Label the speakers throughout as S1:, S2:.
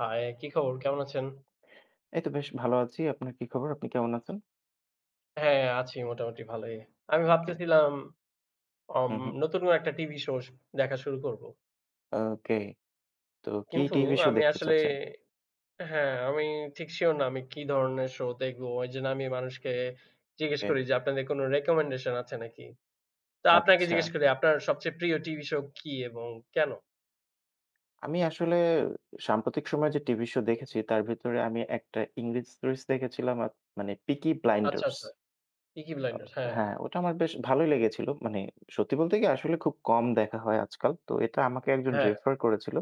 S1: High! কি খবর? কেমন আছেন?
S2: এই তো বেশ ভালো আছি। আপনার কি খবর? আপনি কেমন আছেন?
S1: হ্যাঁ, আছি মোটামুটি ভালোই। আমি
S2: ওকে।
S1: ভাবতেছিলাম অম
S2: হুম, হুম।
S1: নতুন কোনো একটা টিভি শো দেখা শুরু করব।
S2: ওকে। তো কি
S1: কিন্তু
S2: টিভি শো
S1: আমি
S2: দেখতে
S1: আসলে
S2: চাচ্ছেন?
S1: হ্যাঁ, আমি ঠিক সিউর না আমি কি ধরনের শো দেখবো? ওইজন্য আমি মানুষকে জিজ্ঞেস
S2: ওকে।
S1: করি যে, "আপনাদের কোনো রিকমেন্ডেশন আছে নাকি?" তো আপনাকে
S2: আচ্ছা।
S1: জিজ্ঞেস করি, "আপনার সবচেয়ে প্রিয় টিভি শো কি এবং কেন?"
S2: আমি আসলে সাম্প্রতিক সময়ে যে টিভি শো দেখেছি তার ভিতরে আমি একটা ইংরেজ সিরিজ দেখেছিলাম মানে 'পিকি
S1: আচ্ছা,
S2: ব্লাইন্ডার্স'।
S1: আচ্ছা। 'পিকি ব্লাইন্ডার্স', হ্যাঁ,
S2: হ্যাঁ, ওটা আমার বেশ ভালোই লেগেছিল। মানে সত্যি বলতে কি আসলে খুব কম দেখা হয় আজকাল। তো এটা আমাকে একজন
S1: হ্যাঁ।
S2: রেফার করেছিল।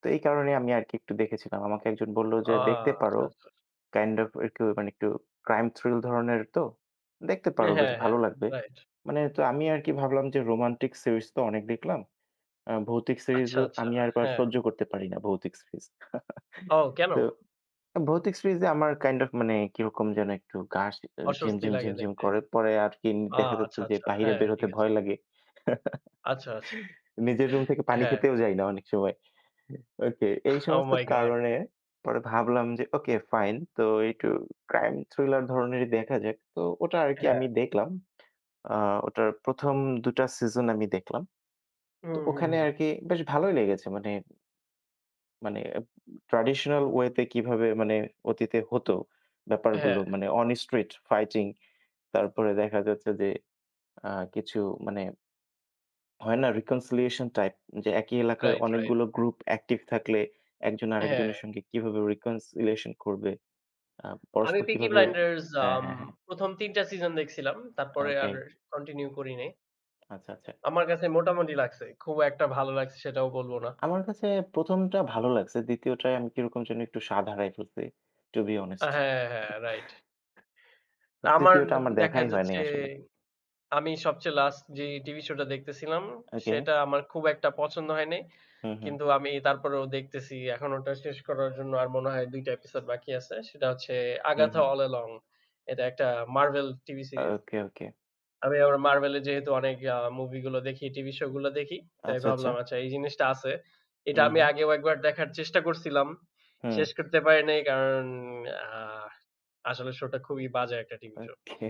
S2: তো এই কারণে আমি আরকি একটু দেখেছিলাম। আমাকে একজন বলল যে,
S1: আ
S2: "দেখতে
S1: আচ্ছা,
S2: পারো।"
S1: আচ্ছা।
S2: কাইন্ড অফ একটু মানে একটু ক্রাইম থ্রিল ধরনের তো। দেখতে পারো, বেশ
S1: হ্যাঁ, হ্যাঁ।
S2: ভালো লাগবে।
S1: রাইট।
S2: মানে তো আমি আরকি ভাবলাম যে রোমান্টিক সিরিজ তো অনেক দেখলাম। ভৌতিক
S1: আচ্ছা,
S2: সিরিজও
S1: আচ্ছা।
S2: আমি আবার
S1: হ্যাঁ।
S2: সহ্য করতে পারি না ভৌতিক সিরিজ।
S1: ও কেন?
S2: তো ভৌতিক সিরিজে আমার কাইন্ড অফ মানে কিরকম যেন একটু গা শি
S1: অস্বস্তি
S2: ঝিমঝিম,
S1: লাগে
S2: ঝিমঝিম
S1: দেখতে।
S2: করে। পরে আরকি
S1: আ
S2: দেখা যাচ্ছে
S1: আচ্ছা,
S2: যে
S1: আচ্ছা।
S2: বাহিরে
S1: হ্যাঁ,
S2: বের
S1: ঠিক
S2: হতে
S1: আছে।
S2: ভয় লাগে।
S1: আচ্ছা, আচ্ছা।
S2: নিজের রুম থেকে পানি
S1: হ্যাঁ।
S2: খেতেও যাই না অনেক সময়। ওকে। এই
S1: ওহ
S2: সমস্ত
S1: মাই গড!
S2: কারণে পরে ভাবলাম যে ওকে ফাইন। তো একটু ক্রাইম থ্রিলার ধরনেরই দেখা যাক। তো ওটা আরকি
S1: হ্যাঁ।
S2: আমি দেখলাম। আ ওটার ১ম ২ টা সিজন আমি দেখলাম। তো
S1: হুম, হুম,
S2: ওখানে
S1: হুম।
S2: আরকি বেশ ভালোই লেগেছে। মানে মানে ট্র্যাডিশনাল ওয়েতে কিভাবে মানে অতীতে হতো
S1: হ্যাঁ,
S2: ব্যাপারগুলো। মানে অন স্ট্রিট ফাইটিং, তারপরে দেখা যাচ্ছে যে আ কিছু মানে হয় না? reconciliation টাইপ, যে একই এলাকায়
S1: রাইট, রাইট।
S2: অনেকগুলো গ্রুপ অ্যাক্টিভ থাকলে একজন
S1: হ্যাঁ।
S2: আরেকজনের সঙ্গে কিভাবে reconciliation করবে? আ
S1: আমি
S2: পরস্পর
S1: 'পিকি
S2: কিভাবে।
S1: ব্লাইন্ডার্স'
S2: হ্যাঁ,
S1: আম
S2: হ্যাঁ, হ্যাঁ।
S1: ১ম ৩ টা সিজন দেখছিলাম। তারপরে
S2: ওকে।
S1: আর কন্টিনিউ করি নাই।
S2: আচ্ছা, আচ্ছা।
S1: আমার কাছে মোটামুটি লাগছে। খুব একটা ভালো লাগছে সেটাও বলব না।
S2: আমার কাছে ১ম টা ভালো লাগছে। ২য় টায় আমি কিরকম যেন একটু স্বাদ হারায় ফেলছি। To be honest.
S1: হ্যাঁ, হ্যাঁ, রাইট। আমার
S2: ৩য় টা আমার
S1: দেখা
S2: দেখাই হয়নি
S1: যাচ্ছে
S2: আসলে।
S1: আমি সবচেয়ে লাস্ট যে টিভি শোটা দেখতেছিলাম,
S2: ওকে।
S1: সেটা আমার খুব একটা পছন্দ হয় নাই।
S2: হুম, হুম।
S1: কিন্তু আমি তারপরেও দেখতেছি। এখন ওটা শেষ করার জন্য আর মনে হয় ২ টা এপিসোড বাকি আছে। সেটা হচ্ছে
S2: হুম,
S1: 'আগাথা
S2: হুম।
S1: All along'. এটা একটা Marvel TV series.
S2: Okay, okay.
S1: আমি আবার মার্ভেলের যেহেতু অনেক মুভি গুলো দেখি, টিভি শো গুলো দেখি। তাই
S2: আচ্ছা, আচ্ছা।
S1: ভাবলাম আচ্ছা এই জিনিসটা আছে। এটা
S2: হুম,
S1: আমি
S2: হুম।
S1: আগেও একবার দেখার চেষ্টা করছিলাম।
S2: হুম।
S1: শেষ করতে পারি নাই কারণ আ আসলে শোটা খুবই বাজে একটা টিভি শো।
S2: ওকে।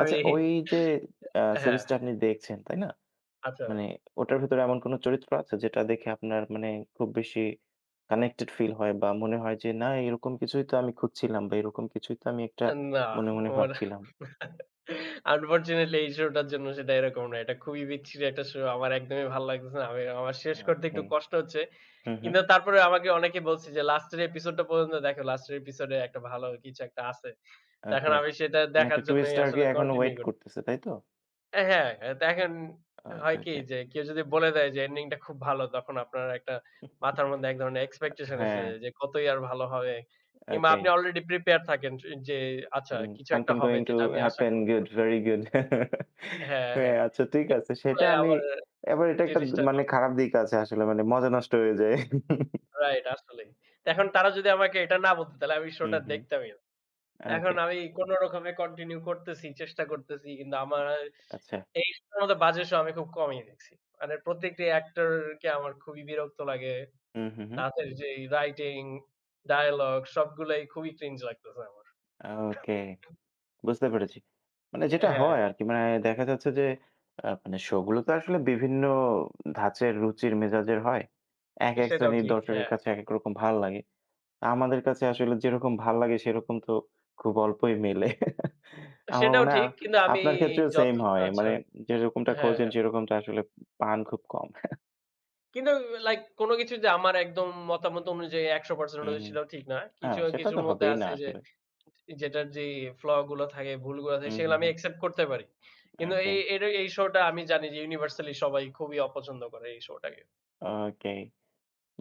S2: আচ্ছা, ওই যে
S1: হ্যাঁ,
S2: সিরিজটা আপনি দেখছেন, তাই না?
S1: আচ্ছা।
S2: মানে ওটার ভেতরে এমন কোনো চরিত্র আছে যেটা দেখে আপনার মানে খুব বেশি কানেক্টেড ফিল হয় বা মনে হয় যে না এরকম কিছুই তো আমি খুঁজছিলাম বা এরকম কিছুই তো আমি একটা
S1: না,
S2: মনে মনে
S1: আমার
S2: ভাবছিলাম।
S1: আনফরচুনেটলি এই শোটার জন্য সেটা এরকম না। এটা খুবই বিচ্ছিরি একটা শো। আমার একদমই ভাল লাগতেছে না। আমি আমার শেষ করতে একটু
S2: ওকে।
S1: কষ্ট হচ্ছে।
S2: হুম, হুম।
S1: কিন্তু তারপরে আমাকে অনেকে বলছে যে, "লাস্টের এপিসোডটা পর্যন্ত দেখো। লাস্টের এপিসোডে একটা ভালো কিছু একটা আছে।" তো এখন
S2: ওকে।
S1: আমি সেটা
S2: মানে
S1: দেখার
S2: একটা
S1: জন্যই
S2: টুইস্ট আরকি
S1: আসলে
S2: এখনো
S1: কন্টিনিউ
S2: ওয়েট
S1: করতেছি।
S2: করতেছে, তাই তো?
S1: অ্যা হ্যাঁ, দেখেন হয়
S2: ওকে,
S1: কি
S2: ওকে।
S1: যে কেউ যদি বলে দেয় যে এন্ডিংটা খুব ভালো তখন আপনার একটা মাথার মধ্যে এক ধরনের এক্সপেকটেশন এসে
S2: হ্যাঁ,
S1: যায় যে কতই আর ভালো হবে। কিংবা
S2: ওকে।
S1: আপনি অলরেডি প্রিপেয়ার থাকেন যে আচ্ছা কিছু একটা
S2: Something
S1: হবে
S2: going to
S1: যেটা আমি আশা
S2: happen
S1: করব না।
S2: good, very good.
S1: হ্যাঁ,
S2: হ্যাঁ,
S1: হ্যাঁ।
S2: আচ্ছা ঠিক আছে। সেটা
S1: ফলে
S2: আমি
S1: আবার
S2: এবার এটা একটা
S1: জিনিসটা
S2: মানে
S1: নষ্ট
S2: খারাপ দিক আছে আসলে, মানে মজা নষ্ট হয়ে যায়।
S1: রাইট আসলেই। এখন তারা যদি আমাকে এটা না বলতো তাহলে আমি
S2: হুম,
S1: শোটা
S2: হুম।
S1: দেখতামই না। এখন
S2: ওকে,
S1: আমি কোন রকমে কন্টিনিউ করতেছি, চেষ্টা করতেছি কিন্তু আমার
S2: আচ্ছা।
S1: এই শোর মতো বাজে শো আমি খুব কমই দেখছি। মানে প্রত্যেকটি অ্যাক্টর কে আমার খুবই বিরক্ত লাগে।
S2: হুম, হুম, হুম।
S1: তাদের যেই রাইটিং, ডায়ালগ সবগুলাই খুবই ক্রিঞ্জ লাগতেছে আমার।
S2: ওকে, বুঝতে পেরেছি। মানে যেটা
S1: হ্যাঁ,
S2: হয় আরকি মানে দেখা যাচ্ছে যে মানে শো গুলো তো আসলে বিভিন্ন ধাঁচের রুচির মেজাজের হয়। একেক
S1: সেটাও
S2: শ্রেণীর
S1: ঠিক।
S2: দর্শকের
S1: হ্যাঁ,
S2: কাছে একেক রকম ভাল লাগে। আমাদের কাছে আসলে যেরকম ভাল লাগে সেরকম তো খুব অল্পই মেলে। আমার
S1: সেটাও
S2: মনে হয়
S1: ঠিক। কিন্তু আমি
S2: আপনার ক্ষেত্রেও
S1: যত
S2: সেম হয়।
S1: আচ্ছা।
S2: মানে যেরকমটা
S1: হ্যাঁ,
S2: খোঁজেন
S1: হ্যাঁ।
S2: সেরকমটা আসলে পান খুব কম।
S1: কিন্তু লাইক কোন কিছু যে আমার একদম মতামত অনুযায়ী ১০০%
S2: হুম,
S1: অনুযায়ী
S2: হুম।
S1: সেটাও ঠিক না।
S2: হ্যাঁ,
S1: কিছু,
S2: সেটা তো
S1: কিছুর মধ্যে
S2: হবেই না
S1: আছে যে
S2: আসলে।
S1: যেটার যে ফ্ল গুলো থাকে, ভুলগুলো থাকে
S2: হুম,
S1: সেগুলো
S2: হুম,
S1: আমি
S2: হুম।
S1: অ্যাকসেপ্ট করতে পারি। কিন্তু
S2: ওকে,
S1: এই শোটা আমি জানি যে ইউনিভার্সালি সবাই খুবই অপছন্দ করে এই শোটাকে।
S2: ওকে।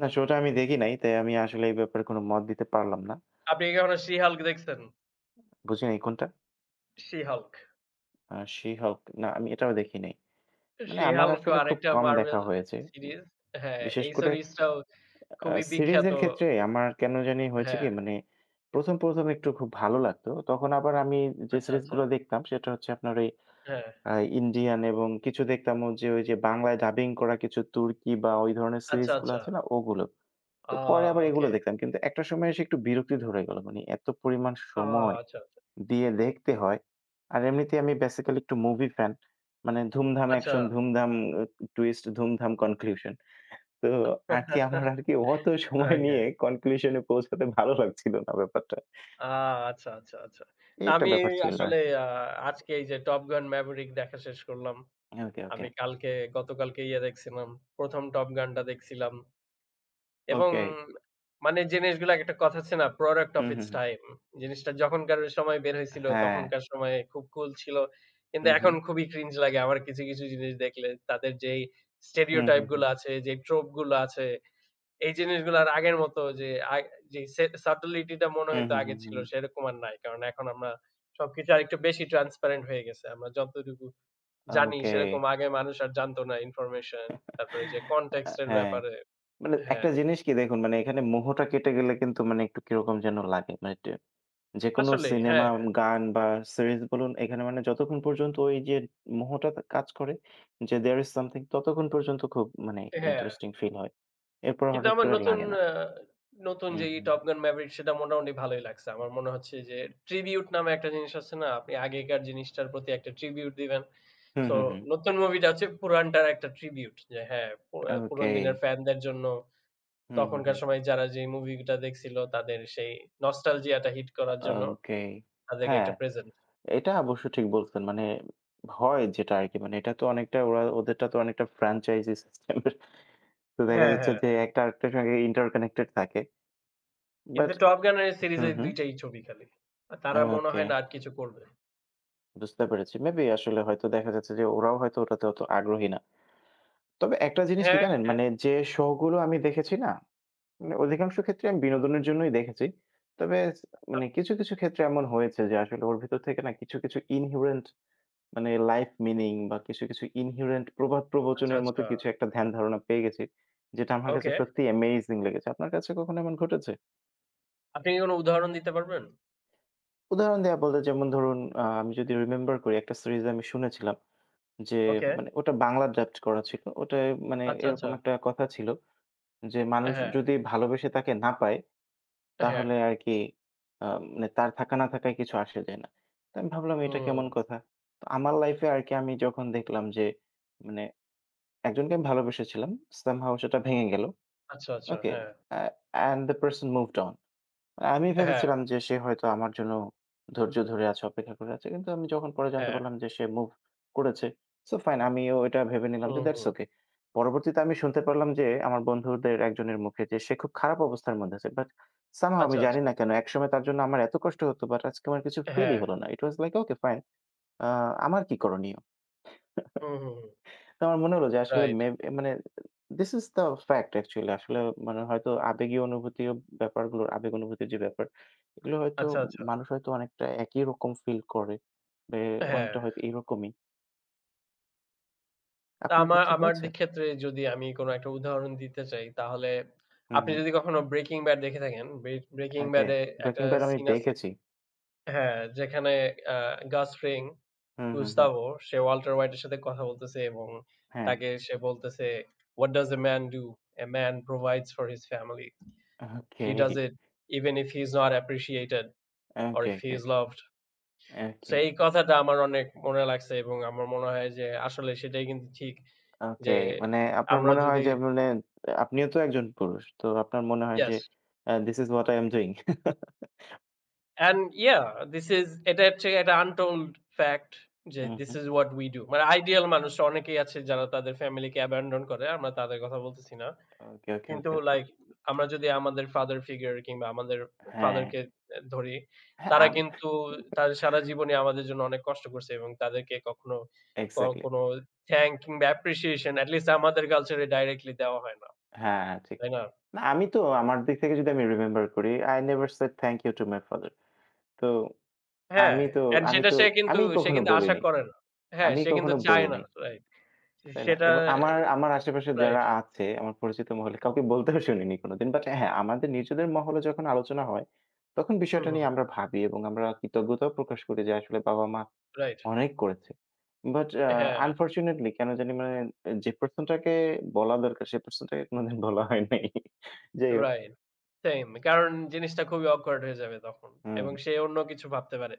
S2: না শোটা আমি দেখি নাই। তাই আমি আসলে এই ব্যাপারে কোনো মত দিতে পারলাম না।
S1: আপনি কি কখনো 'She-Hulk' দেখছেন?
S2: বুঝি নাই কোনটা?
S1: 'She-Hulk'।
S2: She-Hulk না আমি এটাও দেখি নাই। মানে আমার
S1: 'She-Hulk' ও
S2: আসলে খুব
S1: আরেকটা
S2: কম
S1: মার্ভেল
S2: দেখা হয়েছে। উম
S1: সিরিজ। হ্যাঁ,
S2: বিশেষ
S1: এই
S2: করে
S1: সিরিজটাও খুবই বিখ্যাত।
S2: সিরিজের ক্ষেত্রে আমার কেন জানি হয়েছে
S1: হ্যাঁ।
S2: কি মানে ১ম একটু খুব ভালো লাগতো। তখন আবার আমি যে
S1: আচ্ছা, আচ্ছা।
S2: সিরিজগুলো দেখতাম সেটা হচ্ছে আপনার ওই
S1: হ্যাঁ।
S2: আ ইন্ডিয়ান এবং কিছু দেখতাম ও যে ওই যে বাংলায় ডাবিং করা কিছু তুর্কি বা ওই ধরনের
S1: আচ্ছা,
S2: সিরিজগুলো
S1: আচ্ছা।
S2: আছে না ওগুলো। তো
S1: আ
S2: পরে আবার এগুলো
S1: ওকে।
S2: দেখতাম। কিন্তু একটা সময় এসে একটু বিরক্তি ধরে গেল। মানে এত পরিমাণ
S1: আ
S2: সময়
S1: আচ্ছা, আচ্ছা।
S2: দিয়ে দেখতে হয়। আর এমনিতেই আমি বেসিক্যালি একটু মুভি ফ্যান। মানে ধুমধাম
S1: আচ্ছা।
S2: অ্যাকশন, ধুমধাম অ টুইস্ট, ধুমধাম কনক্লুশন। তো আরকি আমার আরকি অত সময়
S1: ওকে।
S2: নিয়ে কনক্লুশন এ পৌঁছাতে ভালো লাগছিল না ব্যাপারটা।
S1: আ আচ্ছা, আচ্ছা, আচ্ছা। তা
S2: এই একটা
S1: আমি
S2: ব্যাপার
S1: এই
S2: ছিল
S1: আসলে
S2: আরকি।
S1: আ আজকে এই যে 'টপ গান ম্যাভরিক' দেখা শেষ করলাম।
S2: ওকে, ওকে,
S1: আমি কালকে গতকালকে ইয়ে দেখছিলাম। ১ম 'টপ গান'টা দেখছিলাম। এবং
S2: ওকে।
S1: মানে জিনিসগুলা একটা কথা আছে না? Product of
S2: hmm, hmm,
S1: it's
S2: hmm.
S1: Time. জিনিসটা যখনকার সময় বের হইছিল,
S2: হ্যাঁ।
S1: তখনকার সময়ে খুব কুল ছিল। কিন্তু
S2: হুম,
S1: এখন
S2: হুম।
S1: খুবই ক্রিঞ্জ লাগে আমার কিছু, কিছু জিনিস দেখলে। তাদের যেই
S2: হুম,
S1: stereotype
S2: হুম,
S1: গুলো
S2: হুম।
S1: আছে, যে trope গুলো আছে, এই জিনিসগুলো আর আগের মতো যে যে সে subtlety টা মনে
S2: হুম,
S1: হইতো
S2: হুম,
S1: আগে
S2: হুম,
S1: ছিল,
S2: হুম।
S1: সেরকম আর নাই। কারণ এখন আমরা সবকিছু আরেকটু বেশি transparent হয়ে গেছে। আমরা যতটুকু জানি,
S2: ওকে।
S1: সেরকম আগে মানুষ আর জানতো না ইনফরমেশন। তারপরে যে context এর
S2: হ্যাঁ।
S1: ব্যাপারে
S2: মানে একটা
S1: হ্যাঁ,
S2: জিনিস কি দেখুন মানে এখানে মোহটা কেটে গেলে কিন্তু মানে একটু কিরকম যেন লাগে। মানে ট যেকোনো
S1: আসলেই
S2: সিনেমা,
S1: হ্যাঁ।
S2: গান বা সিরিজ বলুন, এখানে মানে যতক্ষণ পর্যন্ত ওই যে মোহটা কাজ করে যে there is something ততক্ষণ পর্যন্ত খুব মানে
S1: হ্যাঁ,
S2: ইন্টারেস্টিং ফিল হয়। এরপর
S1: কিন্তু
S2: হঠাৎ
S1: আমার
S2: করে আর
S1: নতুন
S2: লাগে না।
S1: আ নতুন
S2: হুম,
S1: যে
S2: হুম,
S1: 'টপ গান ম্যাভেরিক' সেটা মোটামুটি ভালোই লাগছে। আমার মনে হচ্ছে যে ট্রিবিউট নামে একটা জিনিস আছে না? আপনি আগেকার জিনিসটার প্রতি একটা ট্রিবিউট দিবেন।
S2: হুম,
S1: সো
S2: হুম, হুম।
S1: নতুন মুভিটা হচ্ছে পুরানটার একটা ট্রিবিউট। যে হ্যাঁ, পুরান
S2: ওকে।
S1: দিনের ফ্যানদের জন্য
S2: হুম, হুম,
S1: তখনকার
S2: হুম।
S1: সময় যারা যে মুভিটা দেখছিল তাদের সেই নস্টালজিয়া টা হিট করার জন্য
S2: ওকে।
S1: তাদেরকে
S2: হ্যাঁ,
S1: একটা প্রেজেন্ট।
S2: এটা অবশ্য ঠিক বলছেন। মানে হয় যেটা আরকি মানে এটা তো অনেকটা ওরা ওদেরটা তো অনেকটা ফ্র্যাঞ্চাইজি সিস্টেম এর, তো দেখা
S1: হ্যাঁ,
S2: যাচ্ছে
S1: হ্যাঁ,
S2: যে
S1: হ্যাঁ।
S2: একটা আরেকটার সঙ্গে ইন্টার কানেক্টেড থাকে।
S1: কিন্তু
S2: বাট
S1: 'টপ গান' এর
S2: হুম,
S1: সিরিজের
S2: হুম।
S1: ২ টাই ছবি খালি। আর তারা মনে
S2: ওকে।
S1: হয় না আর কিছু করবে।
S2: বুঝতে পেরেছি। মেবি আসলে হয়তো দেখা যাচ্ছে যে ওরাও হয়তো ওটাতে অত আগ্রহী না। তবে একটা জিনিস কি
S1: হ্যাঁ,
S2: জানেন?
S1: হ্যাঁ।
S2: মানে যে শো গুলো আমি দেখেছি না? মানে অধিকাংশ ক্ষেত্রে আমি বিনোদনের জন্যই দেখেছি। তবে স
S1: আ
S2: মানে কিছু, কিছু ক্ষেত্রে এমন হয়েছে যে আসলে ওর ভিতর থেকে না কিছু, কিছু inherent মানে লাইফ মিনিং বা কিছু, কিছু inherent প্রবাদ
S1: আচ্ছা,
S2: প্রবচনের মতো
S1: আচ্ছা।
S2: কিছু একটা ধ্যান ধারণা পেয়ে গেছি। যেটা আমার কাছে
S1: ওকে।
S2: সত্যিই অ্যামেজিং লেগেছে। আপনার কাছে কখনো এমন ঘটেছে?
S1: আপনি কি কোনো উদাহরণ দিতে পারবেন?
S2: উদাহরণ দেয়া বললে যেমন ধরুন আমি যদি রিমেম্বার করি একটা সিরিজ আমি শুনেছিলাম। যে
S1: ওকে।
S2: মানে ওটা বাংলা ড্রাফট করা ছিল। ওটায় মানে
S1: আচ্ছা, আচ্ছা।
S2: এরকম একটা কথা ছিল যে, "মানুষ
S1: হ্যাঁ,
S2: যদি ভালোবেসে তাকে না পায়,
S1: হ্যাঁ।
S2: তাহলে আর কি আ মানে তার থাকা না থাকায় কিছু আসে যায় না।" তো আমি ভাবলাম এটা
S1: হুম।
S2: কেমন কথা? তো আমার লাইফে আর কি আমি যখন দেখলাম যে মানে একজনকে আমি ভালোবেসেছিলাম। somehow সেটা ভেঙে গেল।
S1: আচ্ছা, আচ্ছা।
S2: ওকে?
S1: হ্যাঁ,
S2: আ and the person moved on. আমি
S1: হ্যাঁ,
S2: ভেবেছিলাম যে সে হয়তো আমার জন্য ধৈর্য ধরে আছে, অপেক্ষা করে আছে। কিন্তু আমি যখন পরে জানতে
S1: হ্যাঁ।
S2: পারলাম যে সে মুভ করেছে, সো ফাইন আমিও এটা ভেবে নিলাম যে
S1: হুম,
S2: দ্যাটস
S1: হুম।
S2: ওকে। পরবর্তীতে আমি শুনতে পারলাম যে আমার বন্ধুদের একজনের মুখে যে সে খুব খারাপ অবস্থার মধ্যে আছে। বাট সামহাও আমি
S1: আচ্ছা,
S2: জানি
S1: আচ্ছা।
S2: না কেন একসময় তার জন্য আমার এত কষ্ট হতো বাট আজকে আমার কিছু ফিলই
S1: হ্যাঁ।
S2: হলো না। ইট ওয়াজ লাইক ওকে ফাইন, আ আমার কি করণীয়?
S1: হুম, হুম, হুম।
S2: তো আমার মনে হলো যে আসলে
S1: রাইট।
S2: মেব মানে this is the fact actually আসলে মানে হয়তো আবেগীয় অনুভূতিও ব্যাপারগুলো আবেগ অনুভূতির যে ব্যাপার, এগুলো হয়তো
S1: আচ্ছা, আচ্ছা।
S2: মানুষ হয়তো অনেকটা একই রকম ফিল করে। বে
S1: হ্যাঁ।
S2: অনেকটা হয়তো এইরকমই।
S1: তা
S2: আপনার
S1: আমার
S2: ক্ষেত্রে
S1: আমার
S2: হয়েছে?
S1: দি ক্ষেত্রে যদি আমি কোনো একটা উদাহরণ দিতে চাই তাহলে
S2: হুম,
S1: আপনি
S2: হুম।
S1: যদি কখনো 'Breaking Bad' দেখে থাকেন, 'Breaking
S2: ওকে।
S1: Bad' এ একটা
S2: 'ব্রেকিং ব্যাড' আমি
S1: সিন আছে
S2: দেখেছি।
S1: হ্যাঁ, যেখানে আ 'Gus Fring',
S2: হুম, হুম, হুম।
S1: গুস্তাভো, সে ওয়াল্টার হোয়াইটের সাথে কথা বলতেছে এবং
S2: হ্যাঁ।
S1: তাকে সে বলতেছে, "What does a man do? A man provides for his family. He
S2: okay,
S1: does it even if he is not appreciated or
S2: okay,
S1: if he
S2: okay,
S1: is loved." So
S2: okay,
S1: এই কথাটা আমার অনেক মনে লাগছে এবং আমার মনে হয় যে আসলে সেটাই কিন্তু ঠিক
S2: ওকে।
S1: যে
S2: মানে আপনার
S1: আমরা
S2: মনে হয়
S1: যদি
S2: যে মানে আপনিও তো একজন পুরুষ। তো আপনার মনে হয় যে
S1: yes
S2: this is what I am doing.
S1: And yeah, this is এটা হচ্ছে একটা untold fact যে
S2: hmm,
S1: this
S2: hmm.
S1: is what we do. মানে আইডিয়াল মানুষ অনেকেই আছে যারা তাদের ফ্যামিলিকে অ্যাবান্ডন করে। আমরা তাদের কথা বলতেছি না।
S2: ওকে, ওকে,
S1: কিন্তু
S2: ওকে, ওকে।
S1: লাইক আমরা যদি আমাদের ফাদার ফিগার কিংবা আমাদের
S2: হ্যাঁ,
S1: ফাদারকে ধরি,
S2: হ্যাঁ,
S1: তারা কিন্তু তাদের সারা জীবনই আমাদের জন্য অনেক কষ্ট করছে এবং তাদেরকে কখনো ক
S2: এক্সাক্টলি।
S1: কোনো থ্যাংক কিংবা অ্যাপ্রিসিয়েশন এট লিস্ট আমাদের কালচারে ডাইরেক্টলি দেওয়া হয় না।
S2: হ্যাঁ, হ্যাঁ, ঠিক।
S1: তাই না?
S2: না আমি তো আমার দিক থেকে যদি আমি রিমেম্বার করি, I never said thank you to my father. তো
S1: হ্যাঁ,
S2: আমি তো
S1: অ্যান্ড
S2: আমি
S1: সেটা
S2: তো
S1: সে কিন্তু
S2: আমি
S1: সে
S2: কখনো
S1: কিন্তু আশা
S2: বলিনি।
S1: করে না। হ্যাঁ,
S2: আমি
S1: সে কিন্তু
S2: কখনো
S1: চায় না।
S2: বলিনি।
S1: রাইট।
S2: তাই না?
S1: সেটা
S2: এবং আমার আমার আশেপাশে যারা
S1: রাইট।
S2: আছে, আমার পরিচিত মহলে কাউকে বলতেও শুনিনি কোনোদিন। বাট হ্যাঁ, আমাদের নিজেদের মহলে যখন আলোচনা হয়, তখন
S1: হুম,
S2: বিষয়টা
S1: হুম।
S2: নিয়ে আমরা ভাবি এবং আমরা কৃতজ্ঞতাও প্রকাশ করি যে আসলে বাবা-মা
S1: রাইট।
S2: অনেক করেছি। বাট
S1: হ্যাঁ,
S2: আনফরচুনেটলি কেন জানি মানে যে পারসন টাকে বলা দরকার সে পারসন টাকে কোনদিন বলা হয় নাই। যাই হোক
S1: রাইট। সেইম। কারণ জিনিসটা খুবই awkward হয়ে যাবে তখন।
S2: হুম,
S1: এবং সে অন্য কিছু ভাবতে পারে।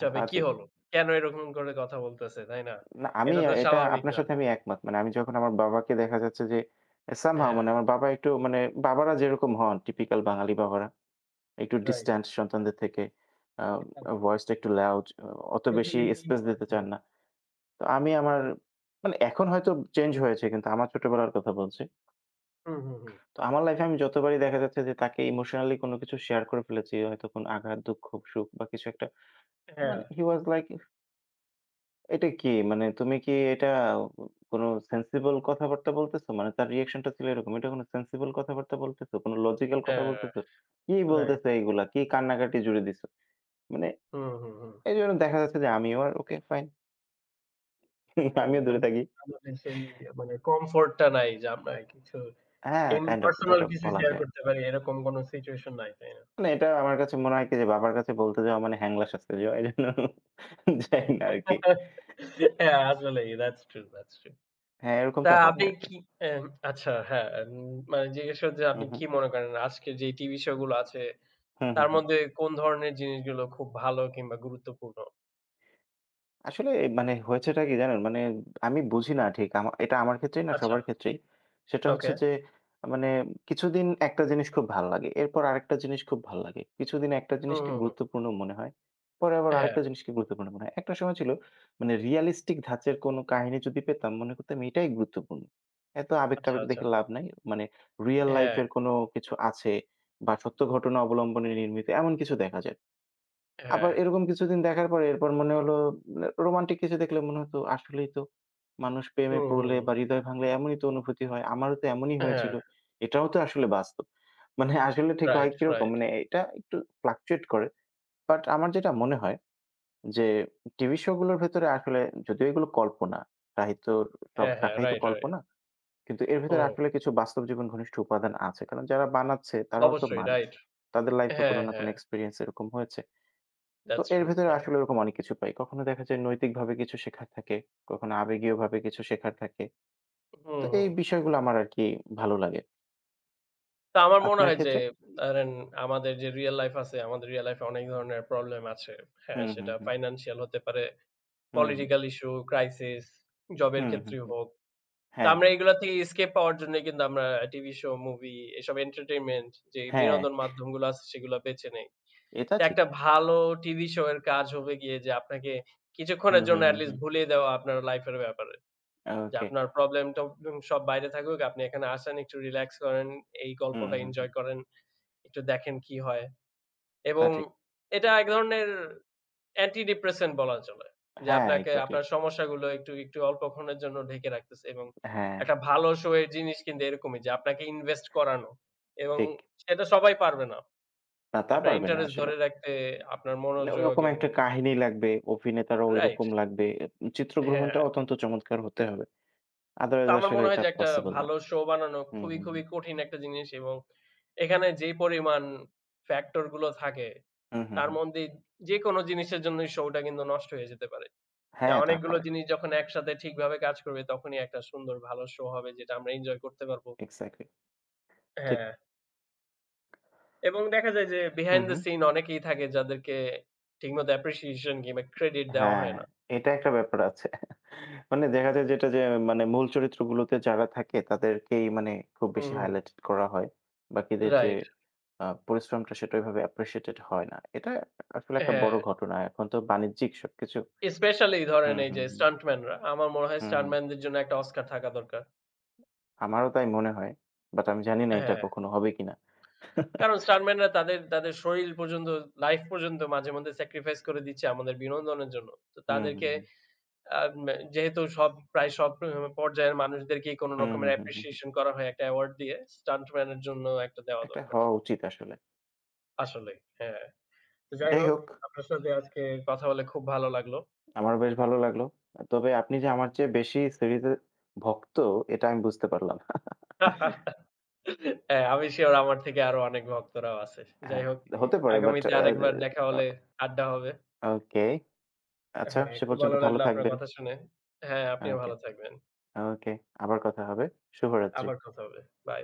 S1: সবে
S2: তা
S1: কি
S2: ঠিক।
S1: হলো? কেন এরকম করে কথা বলতেছে, তাই না?
S2: না আমি
S1: এটা তো
S2: এটা
S1: স্বাভাবিক
S2: আপনার
S1: না।
S2: সাথে আমি একমত। মানে আমি যখন আমার বাবাকে দেখা যাচ্ছে যে সামহাউ
S1: হ্যাঁ,
S2: মানে আমার বাবা একটু মানে বাবারা যেরকম হন টিপিক্যাল বাঙালি বাবারা একটু
S1: রাইট।
S2: ডিসট্যান্ট সন্তানদের থেকে। আ ভয়েসটা একটু লাউড, অত বেশি
S1: স্পেশালি টিম
S2: স্পেস
S1: ওয়ার্ক
S2: দিতে
S1: করে।
S2: চান না। তো আমি আমার মানে এখন হয়তো চেঞ্জ হয়েছে কিন্তু আমার ছোটবেলার কথা বলছি।
S1: হুম, হুম, হুম।
S2: তো আমার লাইফে আমি যতবারই দেখা যাচ্ছে যে তাকে ইমোশনালি কোনো কিছু শেয়ার করে ফেলেছি হয়তো কোনো আঘাত, দুঃখ, সুখ বা কিছু একটা
S1: হ্যাঁ,
S2: মানে হি ওয়াজ লাইক এটা কি? মানে তুমি কি এটা কোনো সেনসিবল কথাবার্তা বলতেছো? মানে তার রিঅ্যাকশনটা ছিল এরকম। এটা কোনো সেনসিবল কথাবার্তা বলতেছো? কোনো লজিক্যাল কথা
S1: হ্যাঁ,
S2: বলতেছো? কি
S1: রাইট।
S2: বলতেছো এইগুলা? কি কান্নাকাটি জুড়ে দিছো? মানে
S1: হুম, হুম, হুম।
S2: এইজন্য দেখা যাচ্ছে যে আমিও আর ওকে ফাইন।
S1: হ্যাঁ,
S2: আমিও দূরে
S1: তখন
S2: থাকি।
S1: আমাদের সেই মানে কমফোর্ট টা নাই যে আমরা কিছু
S2: হ্যাঁ,
S1: ইন
S2: কাইন্ড অফ
S1: পার্সোনাল
S2: ওটা
S1: কিছু
S2: বলা
S1: শেয়ার
S2: যায়।
S1: করতে পারি এরকম কোন সিচুয়েশন নাই, তাই না?
S2: মানে এটা আমার কাছে মনে হয় কি যে বাবার কাছে বলতে যাওয়া মানে হ্যাংলা শাস্তি দেওয়া। এজন্য যাই না আরকি।
S1: হ্যাঁ, আসলেই। That's true, that's true.
S2: হ্যাঁ,
S1: তা
S2: এরকমটা হয়
S1: আপনি
S2: আরকি।
S1: কি এন আচ্ছা হ্যাঁ, মানে জিজ্ঞেস করতে
S2: হু,
S1: আপনি
S2: হু।
S1: কি মনে করেন আজকের যে টিভি শো গুলো আছে
S2: হু, হু,
S1: তার
S2: হু।
S1: মধ্যে কোন ধরনের জিনিসগুলো খুব ভালো কিংবা গুরুত্বপূর্ণ?
S2: আসলে মানে হয়েছেটা কি জানেন? মানে আমি বুঝি না ঠিক। আমা এটা আমার ক্ষেত্রেই না
S1: আচ্ছা,
S2: সবার ক্ষেত্রেই। সেটা
S1: ওকে।
S2: হচ্ছে যে মানে কিছুদিন একটা জিনিস খুব ভাল লাগে। এরপর আরেকটা জিনিস খুব ভাল লাগে। কিছুদিন একটা
S1: হুম,
S2: জিনিসকে
S1: হুম, হুম।
S2: গুরুত্বপূর্ণ মনে হয়। পরে আবার
S1: হ্যাঁ,
S2: আরেকটা জিনিসকে গুরুত্বপূর্ণ মনে হয়। একটা সময় ছিল মানে রিয়ালিস্টিক ধাঁচের কোনো কাহিনী যদি পেতাম মনে করতাম এটাই গুরুত্বপূর্ণ। এত
S1: আচ্ছা,
S2: আবেগ-টাবেগ
S1: আচ্ছা।
S2: দেখে লাভ নাই। মানে রিয়াল লাইফ
S1: হ্যাঁ,
S2: এর কোনো কিছু আছে বা সত্য ঘটনা অবলম্বনে নির্মিত এমন কিছু দেখা যায়।
S1: হ্যাঁ।
S2: আবার এরকম কিছুদিন দেখার পরে এরপর মনে হলো মানে রোমান্টিক কিছু দেখলে মনে হতো আসলেই তো মানুষ প্রেমে
S1: হুম, হুম,
S2: পড়লে
S1: হুম।
S2: বা হৃদয় ভাঙলে এমনই তো অনুভূতি হয়। আমারও তো এমনই
S1: হ্যাঁ,
S2: হয়েছিল। এটাও তো আসলে বাস্তব। মানে আসলে ঠিক হয়
S1: রাইট,
S2: কিরকম
S1: রাইট।
S2: মানে এটা একটু ফ্লাকচুয়েট করে। বাট আমার যেটা মনে হয় যে টিভি শো গুলোর ভেতরে আসলে যদিও এগুলো কল্পনা, সাহিত্যর সব
S1: হ্যাঁ, হ্যাঁ,
S2: শাখাই তো
S1: রাইট, রাইট।
S2: কল্পনা। কিন্তু এর ভেতরে
S1: হুম,
S2: আসলে কিছু বাস্তব জীবন ঘনিষ্ঠ উপাদান আছে। কারণ যারা বানাচ্ছে তারাও তো
S1: অবশ্যই
S2: মানুষ।
S1: রাইট।
S2: তাদের লাইফ এ কোনো
S1: হ্যাঁ,
S2: না কোনো
S1: হ্যাঁ,
S2: এক্সপেরিয়েন্স এরকম হয়েছে। তো
S1: দ্যাটস
S2: এর
S1: ট্রু।
S2: ভেতরে
S1: হ্যাঁ।
S2: আসলে ওরকম অনেক কিছু পাই। কখনো দেখা যায় নৈতিকভাবে কিছু শেখার থাকে, কখনো আবেগীয়ভাবে কিছু শেখার থাকে।
S1: হুম,
S2: তো
S1: হুম।
S2: এই বিষয়গুলো আমার আরকি ভালো লাগে।
S1: তো আমার মনে
S2: আপনার
S1: হয় যে
S2: ক্ষেত্রে?
S1: ধরেন আমাদের যে রিয়াল লাইফ আছে, আমাদের রিয়াল লাইফ এ অনেক ধরনের প্রবলেম আছে। হ্যাঁ,
S2: হুম, হুম,
S1: সেটা
S2: হুম।
S1: ফাইন্যান্সিয়াল হতে পারে,
S2: হুম, হুম,
S1: পলিটিক্যাল ইস্যু, ক্রাইসিস, জবের
S2: হুম, হুম,
S1: ক্ষেত্রে
S2: হুম।
S1: হোক। তো
S2: হ্যাঁ,
S1: আমরা এগুলা থেকে escape পাওয়ার জন্য কিন্তু আমরা টিভি শো, মুভি এসব entertainment যে
S2: হ্যাঁ,
S1: বিনোদন মাধ্যমগুলো আছে সেগুলো বেছে নেই।
S2: এটা
S1: তো
S2: ঠিক।
S1: একটা ভালো টিভি শো এর কাজ হবে গিয়ে যে আপনাকে
S2: হুম,
S1: কিছুক্ষণের জন্য
S2: হুম,
S1: at
S2: হুম,
S1: least
S2: হুম।
S1: ভুলিয়ে দেওয়া আপনার লাইফের ব্যাপারে। যে
S2: ওকে।
S1: আপনার প্রবলেম-টবলেম সব বাইরে থাকুক, আপনি এখানে আসেন, একটু রিল্যাক্স করেন, এই
S2: হুম,
S1: গল্পটা
S2: হুম,
S1: এনজয়
S2: হুম।
S1: করেন, একটু দেখেন কি হয়।
S2: তা
S1: এবং
S2: ঠিক।
S1: এটা এক ধরনের অ্যান্টি ডিপ্রেসেন্ট বলা চলে। যে
S2: হ্যাঁ,
S1: আপনাকে
S2: এক্সাক্টলি।
S1: আপনার সমস্যাগুলো একটু, একটু অল্পক্ষণের জন্য ঢেকে রাখতেছে এবং
S2: হ্যাঁ,
S1: একটা ভালো শো এর জিনিস কিন্তু এরকমই যে আপনাকে ইনভেস্ট করানো এবং
S2: ঠিক।
S1: সেটা সবাই পারবে না।
S2: না, তা
S1: আপনার
S2: পারবে না
S1: ইন্টারেস্ট
S2: আসলে।
S1: ধরে রাখতে আপনার
S2: মানে
S1: মনোযোগ
S2: ঐরকম
S1: এবং
S2: একটা কাহিনী লাগবে, অভিনেতারও
S1: রাইট
S2: ঐরকম লাগবে। এ
S1: হ্যাঁ।
S2: চিত্রগ্রহণটা অত্যন্ত চমৎকার হতে হবে।
S1: তো
S2: আদারওয়াইজ
S1: আমার
S2: আসলে
S1: মনে হয়
S2: এটা
S1: যে একটা
S2: পসিবল না।
S1: ভালো শো বানানো
S2: হুম,
S1: খুবই,
S2: হুম,
S1: খুবই
S2: হুম।
S1: কঠিন একটা জিনিস এবং এখানে যে পরিমাণ ফ্যাক্টর গুলো থাকে
S2: হুম, হুম,
S1: তার
S2: হুম।
S1: মধ্যে যেকোনো জিনিসের জন্যই শোটা কিন্তু নষ্ট হয়ে যেতে পারে। না,
S2: হ্যাঁ, তা
S1: অনেকগুলো
S2: পারে।
S1: জিনিস যখন একসাথে ঠিকভাবে কাজ করবে তখনই একটা সুন্দর ভালো শো হবে যেটা আমরা এনজয় করতে পারবো।
S2: এক্সাক্টলি। ঠিক।
S1: হ্যাঁ, এবং দেখা যায় যে
S2: হুম,
S1: behind the
S2: হুম।
S1: scene অনেকেই থাকে যাদেরকে ঠিকমতো appreciation কিংবা ক্রেডিট দেওয়া
S2: হ্যাঁ,
S1: হয় না।
S2: এটা একটা ব্যাপার আছে। মানে দেখা যায় যেটা যে মানে মূল চরিত্রগুলোতে যারা থাকে তাদেরকেই মানে খুব
S1: হুম,
S2: বেশি
S1: হুম।
S2: হাইলাইটেড করা হয়। বাকিদের যে
S1: রাইট।
S2: পরিশ্রমটা সেটা ওইভাবে অ্যাপ্রিশিয়েটেড হয় না। এটা আসলে একটা
S1: হ্যাঁ,
S2: বড় ঘটনা। এখন তো বাণিজ্যিক সবকিছু
S1: স্পেশালি ধরেন
S2: হুম,
S1: এই
S2: হুম,
S1: যে
S2: হুম।
S1: স্টান্টম্যানরা। আমার মনে হয়
S2: হুম, হুম।
S1: স্টান্টম্যানদের জন্য একটা অস্কার থাকা দরকার।
S2: আমারও তাই মনে হয়। বাট আমি জানি না এটা
S1: হ্যাঁ,
S2: কখনো হবে কিনা।
S1: কারণ স্টান্টম্যানরা তাদের তাদের শরীর পর্যন্ত, লাইফ পর্যন্ত মাঝে মধ্যে স্যাক্রিফাইস করে দিচ্ছে আমাদের বিনোদনের জন্য। তো
S2: হুম, হুম,
S1: তাদেরকে
S2: হুম।
S1: আম যেহেতু সব প্রায় সব পর্যায়ের মানুষদেরকেই কোন
S2: হুম,
S1: রকমের
S2: হুম, হুম, হুম। হুম।
S1: অ্যাপ্রিসিয়েশন করা হয় একটা অ্যাওয়ার্ড দিয়ে, স্টান্টম্যান এর জন্য একটা দেওয়া
S2: একটা
S1: দরকার।
S2: হওয়া উচিত আসলে।
S1: আসলেই, হ্যাঁ। তো যাই
S2: যাই
S1: হোক,
S2: হোক
S1: আপনার সাথে আজকে কথা বলে খুব ভালো লাগলো।
S2: আমারও বেশ ভালো লাগলো। তবে আপনি যে আমার চেয়ে বেশি সিরিজের ভক্ত এটা আমি বুঝতে পারলাম।
S1: হ্যাঁ, আমি সিউর আমার থেকে আরো অনেক ভক্তরাও আছে। যাই
S2: হ্যাঁ,
S1: হোক,
S2: হতে পারে বাট
S1: আগামীতে
S2: আ
S1: আরেকবার দেখা হলে আড্ডা হবে।
S2: আ ওকে। আচ্ছা
S1: হ্যাঁ,
S2: সে
S1: খুব
S2: পর্যন্ত
S1: ভালো
S2: ভালো
S1: লাগলো আপনার
S2: থাকবেন।
S1: কথা শুনে। হ্যাঁ, আপনিও
S2: ওকে,
S1: ভালো থাকবেন।
S2: ওকে। আবার কথা হবে। শুভরাত্রি।
S1: আবার কথা হবে। বাই।